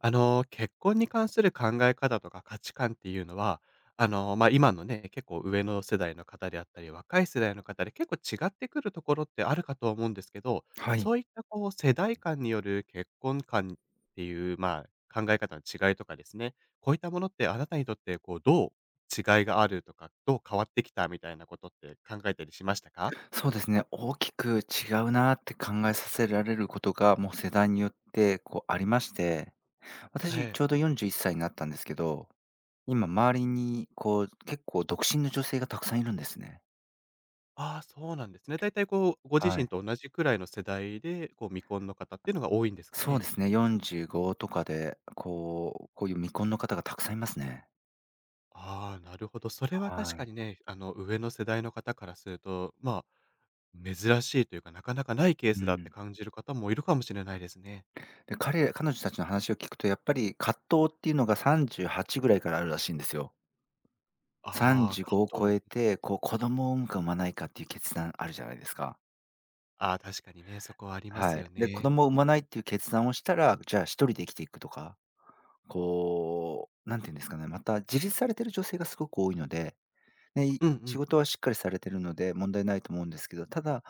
結婚に関する考え方とか価値観っていうのは、今のね、結構上の世代の方であったり、若い世代の方で結構違ってくるところってあるかと思うんですけど、はい、そういったこう世代間による結婚観っていう、考え方の違いとかですね、こういったものってあなたにとってこう、どう違いがあるとか、どう変わってきたみたいなことって考えたりしましたか？そうですね。大きく違うなって考えさせられることが、もう世代によってこうありまして、え私え。ちょうど41歳になったんですけど、今周りにこう結構独身の女性がたくさんいるんですね。ああ、そうなんですね。だいたいこう、ご自はい。身と同じくらいの世代で、こう未婚の方っていうのが多いんですかそうね？ですね、45とかで、こう、こういう未婚の方がたくさんいますね。ああ、なるほど。それは確はかい。にね、上の世代の方からすると、まあ、珍しいというか、なかなかないケーうスだってん。感じる方もいるかもしれないですね。で、彼女たちの話を聞くと、やっぱり葛藤っていうのが38ぐらいからあるらしいんですよ。ああ、35を葛超藤。えて、こう子供を産むか産まないかっていう決断あるじゃないですか。ああ、確かにね、そこはありまはすい。よで、子ね。供を産まないっていう決断をしたら、じゃあ一人で生きていくとか、こう、なんて言うんですかね、また自立されてる女性がすごく多いのでね、うんうん。仕事はしっかりされてるので、問題ないと思うんですけど、ただ、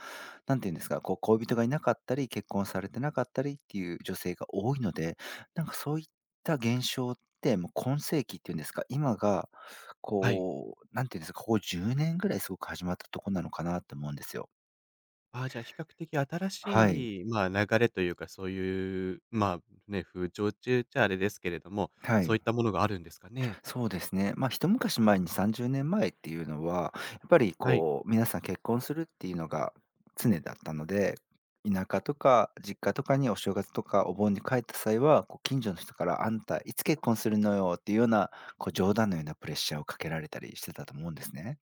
何て言うんですか、こう、恋人がいなかったり、結婚されてなかったりっていう女性が多いので、なんかそういった現象って、もう今世紀っていうんですか、今が、はい。こう、何て言うんですか、ここ10年ぐらいすごく始まったとこなのかなと思うんですよ。ああ、じゃあ比較的新はい。しい、まあ、流れというか、そういう、まあ、ね、風潮中っちゃあれですけれども、はそうい。いったものがあるんですかね。そうですね。まあ、一昔前に30年前っていうのは、やっぱりはい。こう皆さん結婚するっていうのが常だったので、田舎とか実家とかにお正月とかお盆に帰った際は、こう近所の人から「あんたいつ結婚するのよ」っていうような、こう冗談のようなプレッシャーをかけられたりしてたと思うんですね。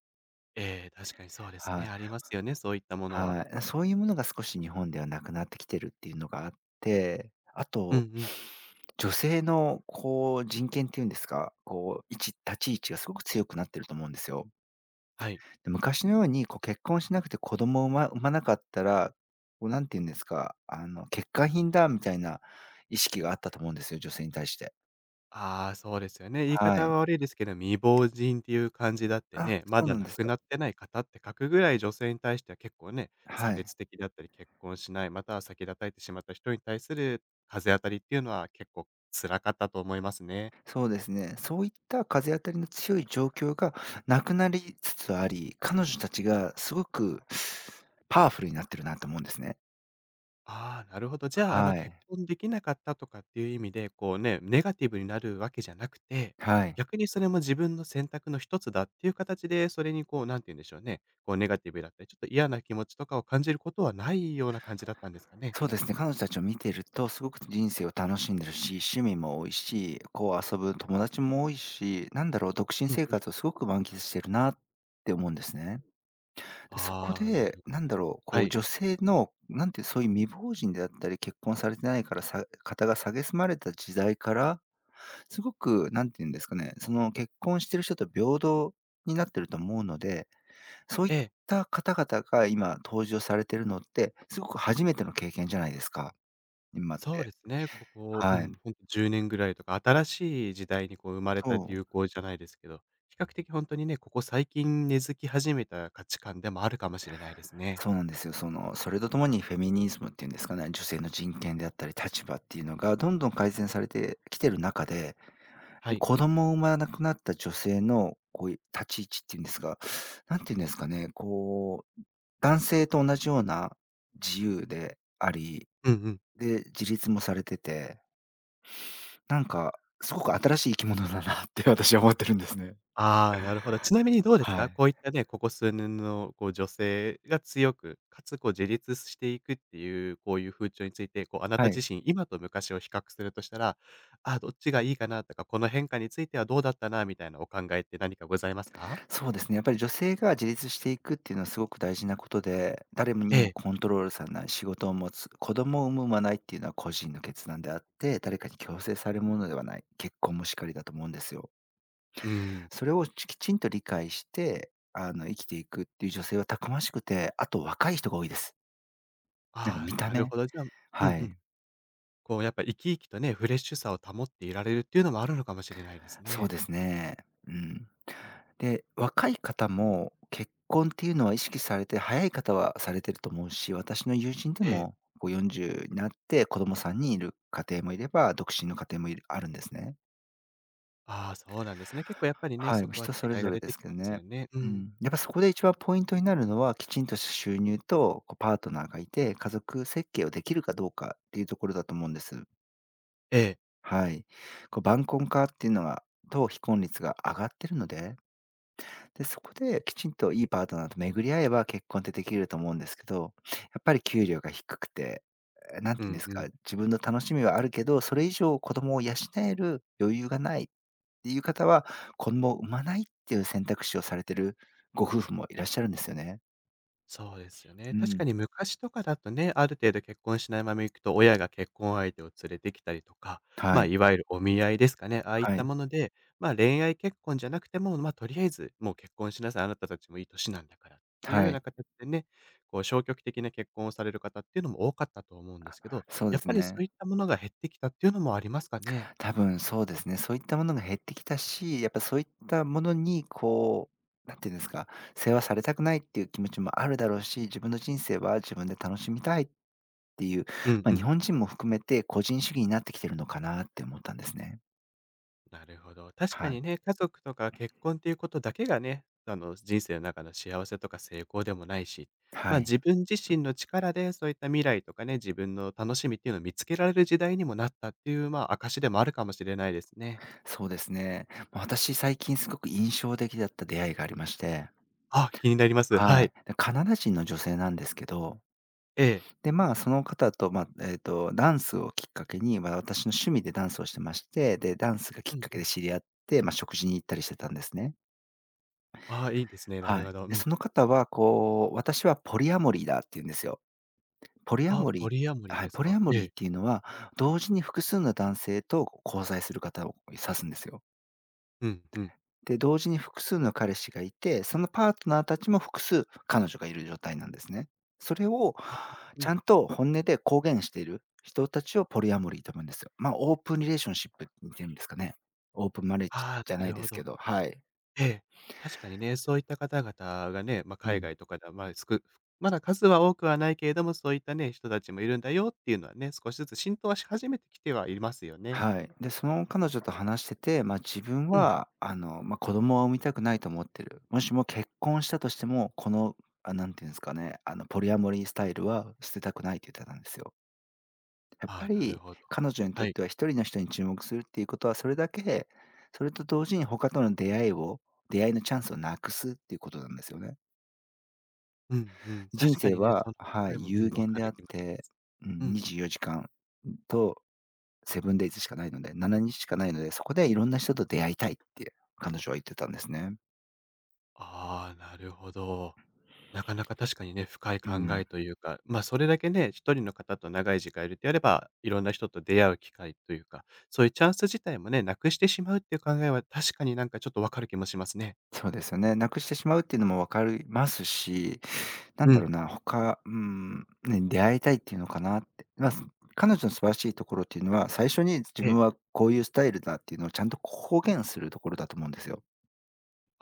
ええ、確かにそうですはね。い。ありますよね、そういったものは。はい。そういうものが少し日本ではなくなってきてるっていうのがあって、あうんと、うん。女性のこう人権っていうんですか、こう、立ち位置がすごく強くなってると思うんですよ。はい。で、昔のようにこう結婚しなくて子供を産まなかったら、こう何て言うんですか、あの欠陥品だみたいな意識があったと思うんですよ、女性に対して。ああ、そうですよね。言いは方い。は悪いですけど、未亡人っていう感じだってあ、ね、まそうだなん亡ですくよ。なってない方って書くぐらい女性に対しては結構ね、差はい。別的だったり、結婚しない、または先立たれてしまった人に対する風当たりっていうのは結構辛かったと思いますね。そうですね。そういった風当たりの強い状況がなくなりつつあり、彼女たちがすごくパワフルになってるなと思うんですね。ああ、なるほど。じゃあ、は結い。婚できなかったとかっていう意味で、こうね、ネガティブになるわけじゃなくて、はい。逆にそれも自分の選択の一つだっていう形で、それにこう、なんて言うんでしょうね、こう、ネガティブだったり、ちょっと嫌な気持ちとかを感じることはないような感じだったんですかね？そうですね、彼女たちを見てるとすごく人生を楽しんでるし、趣味も多いし、こう遊ぶ友達も多いし、なんだろう、独身うん生うん。活をすごく満喫してるなって思うんですね。で、そこああ、なで、るほなど。んだろう、こはうい。女性の、なんてそういう未亡人であったり、結婚されてないからさ肩が蔑まれた時代からすごく、なんていうんですかね、その結婚してる人と平等になってると思うので、そういえっえ、た方々が今登場されてるのって、すごく初めての経験じゃないですか、今っそうでて。すね。ここ、うはん、い。ほんと10年ぐらいとか、新しい時代にこう生まれたそう。流行じゃないですけど、比較的本当にね、ここ最近根付き始めた価値観でもあるかもしれないですね。そうなんですよ。その、それとともにフェミニズムっていうんですかね、女性の人権であったり立場っていうのがどんどん改善されてきてる中ではで、い。子供を産まなくなった女性の、こういう立ち位置っていうんですか、なんて言うんですかね、こう、男性と同じような自由であり、うんうん。で、自立もされてて、なんか、すごく新しい生き物だなって私は思ってるんですね。ああ、なるほど。ちなみにどうですはか？い。こういったね、ここ数年のこう女性が強く、かつこう自立していくっていう、こういう風潮について、こうあなたは自い。身、今と昔を比較するとしたら、ああ、どっちがいいかなとか、この変化についてはどうだったなみたいなお考えって何かございますか？そうですね、やっぱり女性が自立していくっていうのはすごく大事なことで、誰にえもえ。コントロールされない、仕事を持つ、子供を産む、産まないっていうのは個人の決断であって、誰かに強制されるものではない、結婚もしかりだと思うんですよ。うん。それをきちんと理解して、生きていくっていう女性はたくましくて、あと若い人が多いです。なんかあ見あ、たなる目。ほど。じゃあうんはうん。い。こうやっぱ生き生きとね、フレッシュさを保っていられるっていうのもあるのかもしれないですそうね。ですね。うん。で、若い方も結婚っていうのは意識されて、早い方はされてると思うし、私の友人でええ。もこう40になって子供さんにんいる家庭もいれば、独身の家庭もあるんですね。ああ、そうなんですね。結構やっぱりね、はい、そこは人それ違いぞがれ出でてきすけどますね。よね。ううん。ん。やっぱそこで一番ポイントになるのは、きちんとした収入と、こうパートナーがいて、家族設計をできるかどうかっていうところだと思うんです。ええ。はい。こう晩婚化っていうのがと非婚率が上がってるので、で、そこできちんといいパートナーと巡り合えば結婚ってできると思うんですけど、やっぱり給料が低くて、んうていうんでんすうか、ん。自分の楽しみはあるけど、それ以上子供を養える余裕がないっっていう方は、子供を産まないっていう選択肢をされてるご夫婦もいらっしゃるんですよね。そうですよね。う確かん。に昔とかだとね、ある程度結婚しないまま行くと、親が結婚相手を連れてきたりとか、はい。いわゆるお見合いですかね、ああいっはたい。もので、恋愛結婚じゃなくても、とりあえずもう結婚しなさい、あなたたちもいい年なんだからっていうよはうない。形でね、こう消極的な結婚をされる方っていうのも多かったと思うんですけど、そうでやっすぱりそうね。いったものが減ってきたっていうのもありますかね？多分そうですね。そういったものが減ってきたし、やっぱそういったものにこう、なんていうんですか、世話されたくないっていう気持ちもあるだろうし、自分の人生は自分で楽しみたいっていう、うんまあ、う日ん。本人も含めて個人主義になってきてるのかなって思ったんですね。なるほど。確かはにい。ね、家族とか結婚っていうことだけがね、人生の中の幸せとか成功でもないし、はまあい。自分自身の力でそういった未来とかね、自分の楽しみっていうのを見つけられる時代にもなったっていう、まあ証でもあるかもしれないですね。そうですね。私最近すごく印象的だった出会いがありまして。あ、気になります。ははい。い。で、カナダ人の女性なんですけど、ええ。で、まあ、その方と、まあ、ダンスをきっかけに、まあ、私の趣味でダンスをしてまして、で、ダンスがきうっんかうけでん。知り合って、まあ、食事に行ったりしてたんですね。ああ、いいですね。なるはい。ほど。うで、ん。その方は、こう、私はポリアモリーだって言うんですよ。ポリアあ、モリポー。リアモリーはでい、すポリか。アモえリーえ。っていうのは、同時に複数の男性と交際する方を指すんですよ。うんうん。で、同時に複数の彼氏がいて、そのパートナーたちも複数彼女がいる状態なんですね。それをああ、うちん。ゃんと本音で公言している人たちをポリアモリーと思うんですよ。ま、あオープンリレーションシップに似てるんですかね。オープンマレッジあじあ、ゃななるいでほすけど。ど、はい。ええ、確かにね、そういった方々がね、まあ、う海ん。外とかでは、まあ、すくまだ数は多くはないけれども、そういったね、人たちもいるんだよっていうのはね、少しずつ浸透はし始めてきてはいますよね。はい。で、その彼女と話してて、まあ、自分うん。は、まあ、子供は産みたくないと思ってる。もしも結婚したとしても、この、んていうんですかね、ポリアモリースタイルは捨てたくないって言ってたんですよ。やっぱああ、なるりほど。彼女にとはっい。ては一人の人に注目するっていうことは、それだけ、それと同時に他との出会いのチャンスをなくすっていうことなんですよね。うんうん。人確か生にね、そは、の考はえい、も、うん、有分限かであるっ気もしまて、す。ううん、ん。24時間とセブンデイズしかないので、7日しかないので、そこでいろんな人と出会いたいって彼女は言ってたんですね。ああ、なるほど。なかなか確かにね、深いう考ん、えというか、ま、それだけね、一人の方と長い時間いるとやれば、いろんな人と出会う機会というか、そういうチャンス自体もね、なくしてしまうっていう考えは確かになんかちょっとわかる気もしますね。そうですよね。なくしてしまうっていうのもわかりますし、なんうだろうん。な、他、うん、ね、出会いたいっていうのかなって。まあ、彼女の素晴らしいところっていうのは、最初に自え分え。はこういうスタイルだっていうのをちゃんと公言するところだと思うんですよ。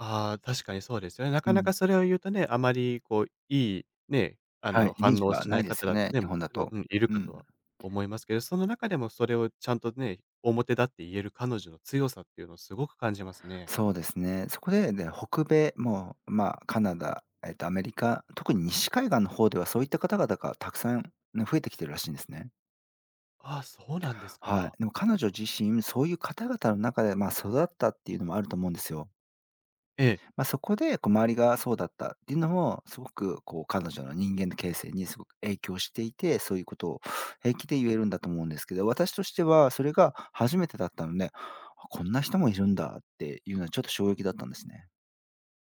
ああ、確かにそうですよね。なうかなん。かそれを言うとね、あまりこう、いいね、はい、イメー反ジ応はしなないいです方だよってね、ね、日も本だちろん、と。うん、いるうかん。とは思いますけど、その中でもそれをちゃんとね、表だって言える彼女の強さっていうのをすごく感じますね。そうですね。そこで、北米、もう、まあ、カナダ、アメリカ、特に西海岸の方ではそういった方々がたくさん、ね、増えてきてるらしいんですね。ああ、そうなんですはい。か。でも彼女自身、そういう方々の中で、まあ、育ったっていうのもあると思うんですよ。ええ。まあ、そこで、こう周りがそうだったっていうのも、すごくこう彼女の人間の形成にすごく影響していて、そういうことを平気で言えるんだと思うんですけど、私としてはそれが初めてだったので、あ、こんな人もいるんだっていうのはちょっと衝撃だったんですね。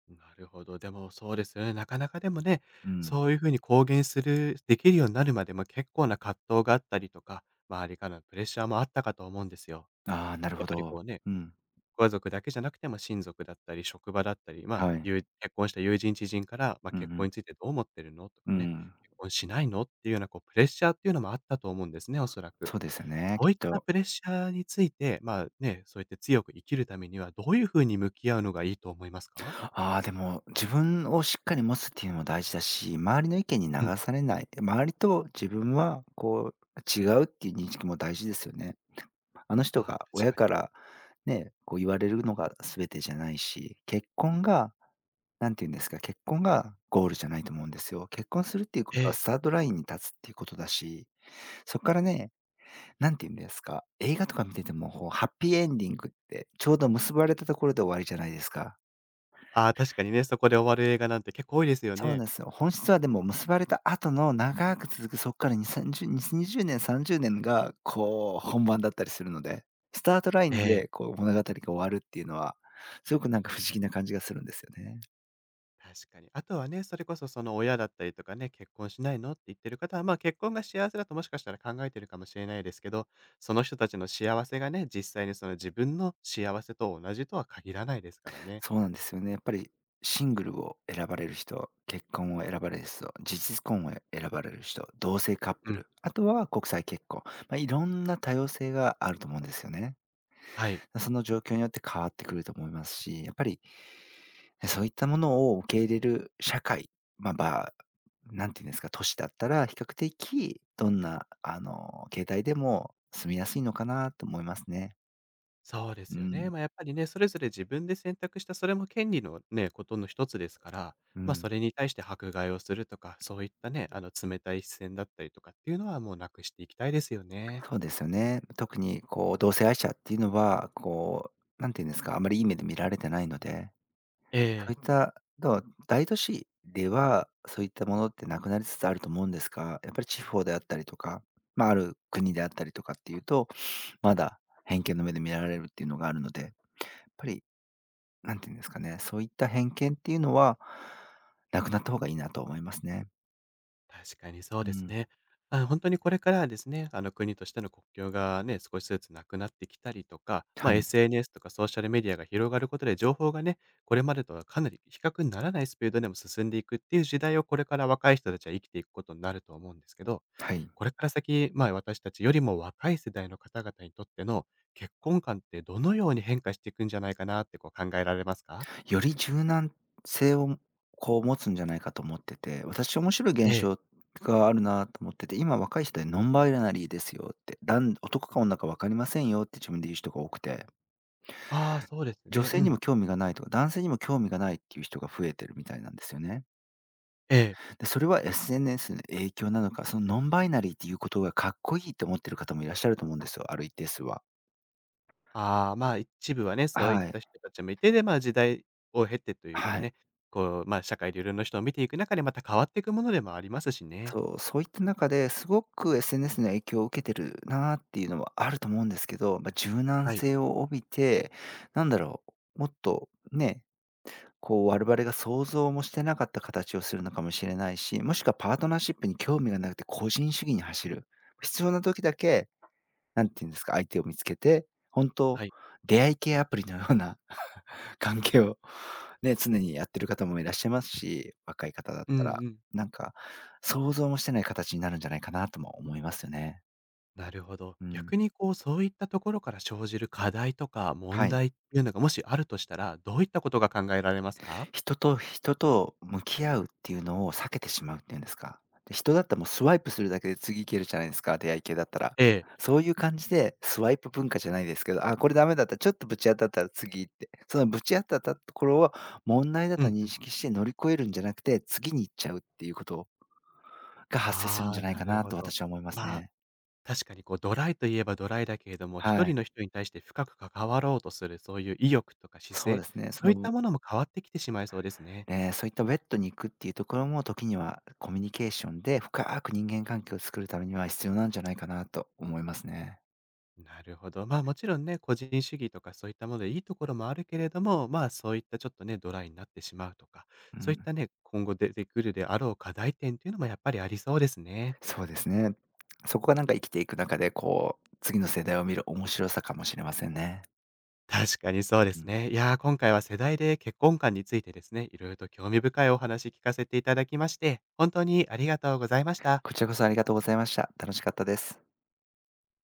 なるほど。でもそうですよね。なかなかでもね、うん。そういうふうに公言するできるようになるまでも結構な葛藤があったりとか、周りからのプレッシャーもあったかと思うんですよ。ああ、なるやほっぱりど。こうね、うん。ご家族だけじゃなくても親族だったり、職場だったり、まあ、はい。友結婚した友人知人から、まあ、うんう結婚ん。についてどう思ってるのとうかね、ん。結婚しないのっていうようなこうプレッシャーっていうのもあったと思うんですね、おそらく。そうですよね、そきうっいったと。プレッシャーについて、まあね、そうやって強く生きるためには、どういうふうに向き合うのがいいと思いますか。ああ、でも自分をしっかり持つっていうのも大事だし、周りの意見に流うん。されない、周りと自分はこう違うっていう認識も大事ですよね。あの人ああ、が確親かかに。らね、こう言われるのが全てじゃないし、結婚が、なんて言うんですか、結婚がゴールじゃないと思うんですよ。結婚するっていうこえとはえ。スタートラインに立つっていうことだし、そこからね、なんて言うんですか、映画とか見てても、こうハッピーエンディングってちょうど結ばれたところで終わりじゃないですか。ああ、確かにね、そこで終わる映画なんて結構多いですよそうね。なんですよ。本質はでも結ばれた後の長く続くそこから2、30、20年、30年がこう本番だったりするので、スタートライえンえ。でこう物語が終わるっていうのは、すごくなんか不思議な感じがするんですよね。確かに。あとはね、それこそその親だったりとかね、結婚しないのって言ってる方は、まあ、結婚が幸せだともしかしたら考えてるかもしれないですけど、その人たちの幸せがね、実際にその自分の幸せと同じとは限らないですからね。そうなんですよね。やっぱりシングルを選ばれる人、結婚を選ばれる人、事実婚を選ばれる人、同性カッうプん。ル、あとは国際結婚、まあ、いろんな多様性があると思うんですよね。はい。その状況によって変わってくると思いますし、やっぱりで、そういったものを受け入れる社会、まあ、なんていうんですか、都市だったら、比較的どんな、あの、形態でも住みやすいのかなと思いますね。そうでうすよね。ん。まあ、やっぱりね、それぞれ自分で選択した、それも権利のね、ことの一つですから、うまあ、ん。それに対して迫害をするとか、そういったね、冷たい視線だったりとかっていうのはもうなくしていきたいですよね。そうですよね。特にこう同性愛者っていうのは、こう、なんていうんですか、あまりいい目で見られてないので、そういええ、った、大都市では、そういったものってなくなりつつあると思うんですが、やっぱり地方であったりとか、まあ、ある国であったりとかっていうとまだ偏見の目で見られるっていうのがあるので、やっぱりなんて言うんですかね、そういった偏見っていうのは、なくなった方がいいなと思いますね。確かにそううですん。ね。これからはですね、国としての国境がね、少しずつなくなってきたりとか、はまあ、い。SNS とかソーシャルメディアが広がることで情報がね、これまでとはかなり比較にならないスピードでも進んでいくっていう時代をこれから若い人たちは生きていくことになると思うんですけど、はい。これから先、まあ、私たちよりも若い世代の方々にとっての結婚観ってどのように変化していくんじゃないかなってこう考えられますか？より柔軟性をこう持つんじゃないかと思ってて、私面白いえ現え。象があるなと思ってて、今若い人でノンバイナリーですよって、男か女か分かりませんよって自分で言う人が多くて、ああ、そうです女ね。う性にん。も興味がないとか、男性にも興味がないっていう人が増えてるみたいなんですよね。ええ。で、それは SNS の影響なのか、そのノンバイナリーっていうことがかっこいいと思ってる方もいらっしゃると思うんですよ、ある一定数は。ああ、まあ、一部はね、そういっはたい。人たちもいて、で、まあ、時代を経てというかはい。ね、こう、まあ、社会でいろんな人を見ていく中でまた変わっていくものでもありますしね。そういった中ですごく SNS の影響を受けてるなっていうのはあると思うんですけど、まあ、柔軟はい、性を帯びて、なんだろう、もっとね、こう我々が想像もしてなかった形をするのかもしれないし、もしくはパートナーシップに興味がなくて個人主義に走る。必要な時だけなんていうんですか、相手を見つけて、本当はい。出会い系アプリのような 関係をね、常にやってる方もいらっしゃいますし、若い方だっうんうたら、ん。なんか想像もしてない形になるんじゃないかなとも思いますよね。なるほど。うん。逆にこう、そういったところから生じる課題とかは問い。題っていうのがもしあるとしたら、どういったことが考えられますか？人と人と向き合うっていうのを避けてしまうっていうんですか。で、人だったらもうスワイプするだけで次行けるじゃないですか、出会い系だったら。ええ。そういう感じでスワイプ文化じゃないですけど、あ、これダメだった、ちょっとぶち当たったら次行って、そのぶち当たったところを問題だうとんう認ん。識して乗り越えるんじゃなくて、次に行っちゃうっていうことが発生するんあじゃあ、ないなかるなほとど。私は思いますまあね。確かにこうドライといえばドライだけれども、は一人い。の人に対して深く関わろうとする、そういう意欲とか姿そうで勢、すね。そうそいっのたものも変わってきてしまいそうですね。そういったベッドに行くっていうところも、時にはコミュニケーションで深く人間関係を作るためには必要なんじゃないかなと思いますね。なるほど。まあもちろんね、個人主義とかそういったものでいいところもあるけれども、まあそういったちょっとね、ドライになってしまうとか、うそういっん、たね、今後出てくるであろう課題点っていうのもやっぱりありそうですね。そうですね。そこがなんか生きていく中で、こう、次の世代を見る面白さかもしれませんね。確かにそうでうすん。ね。いやー、今回は世代で結婚観についてですね、いろいろと興味深いお話聞かせていただきまして、本当にありがとうございました。こちらこそありがとうございました。楽しかったです。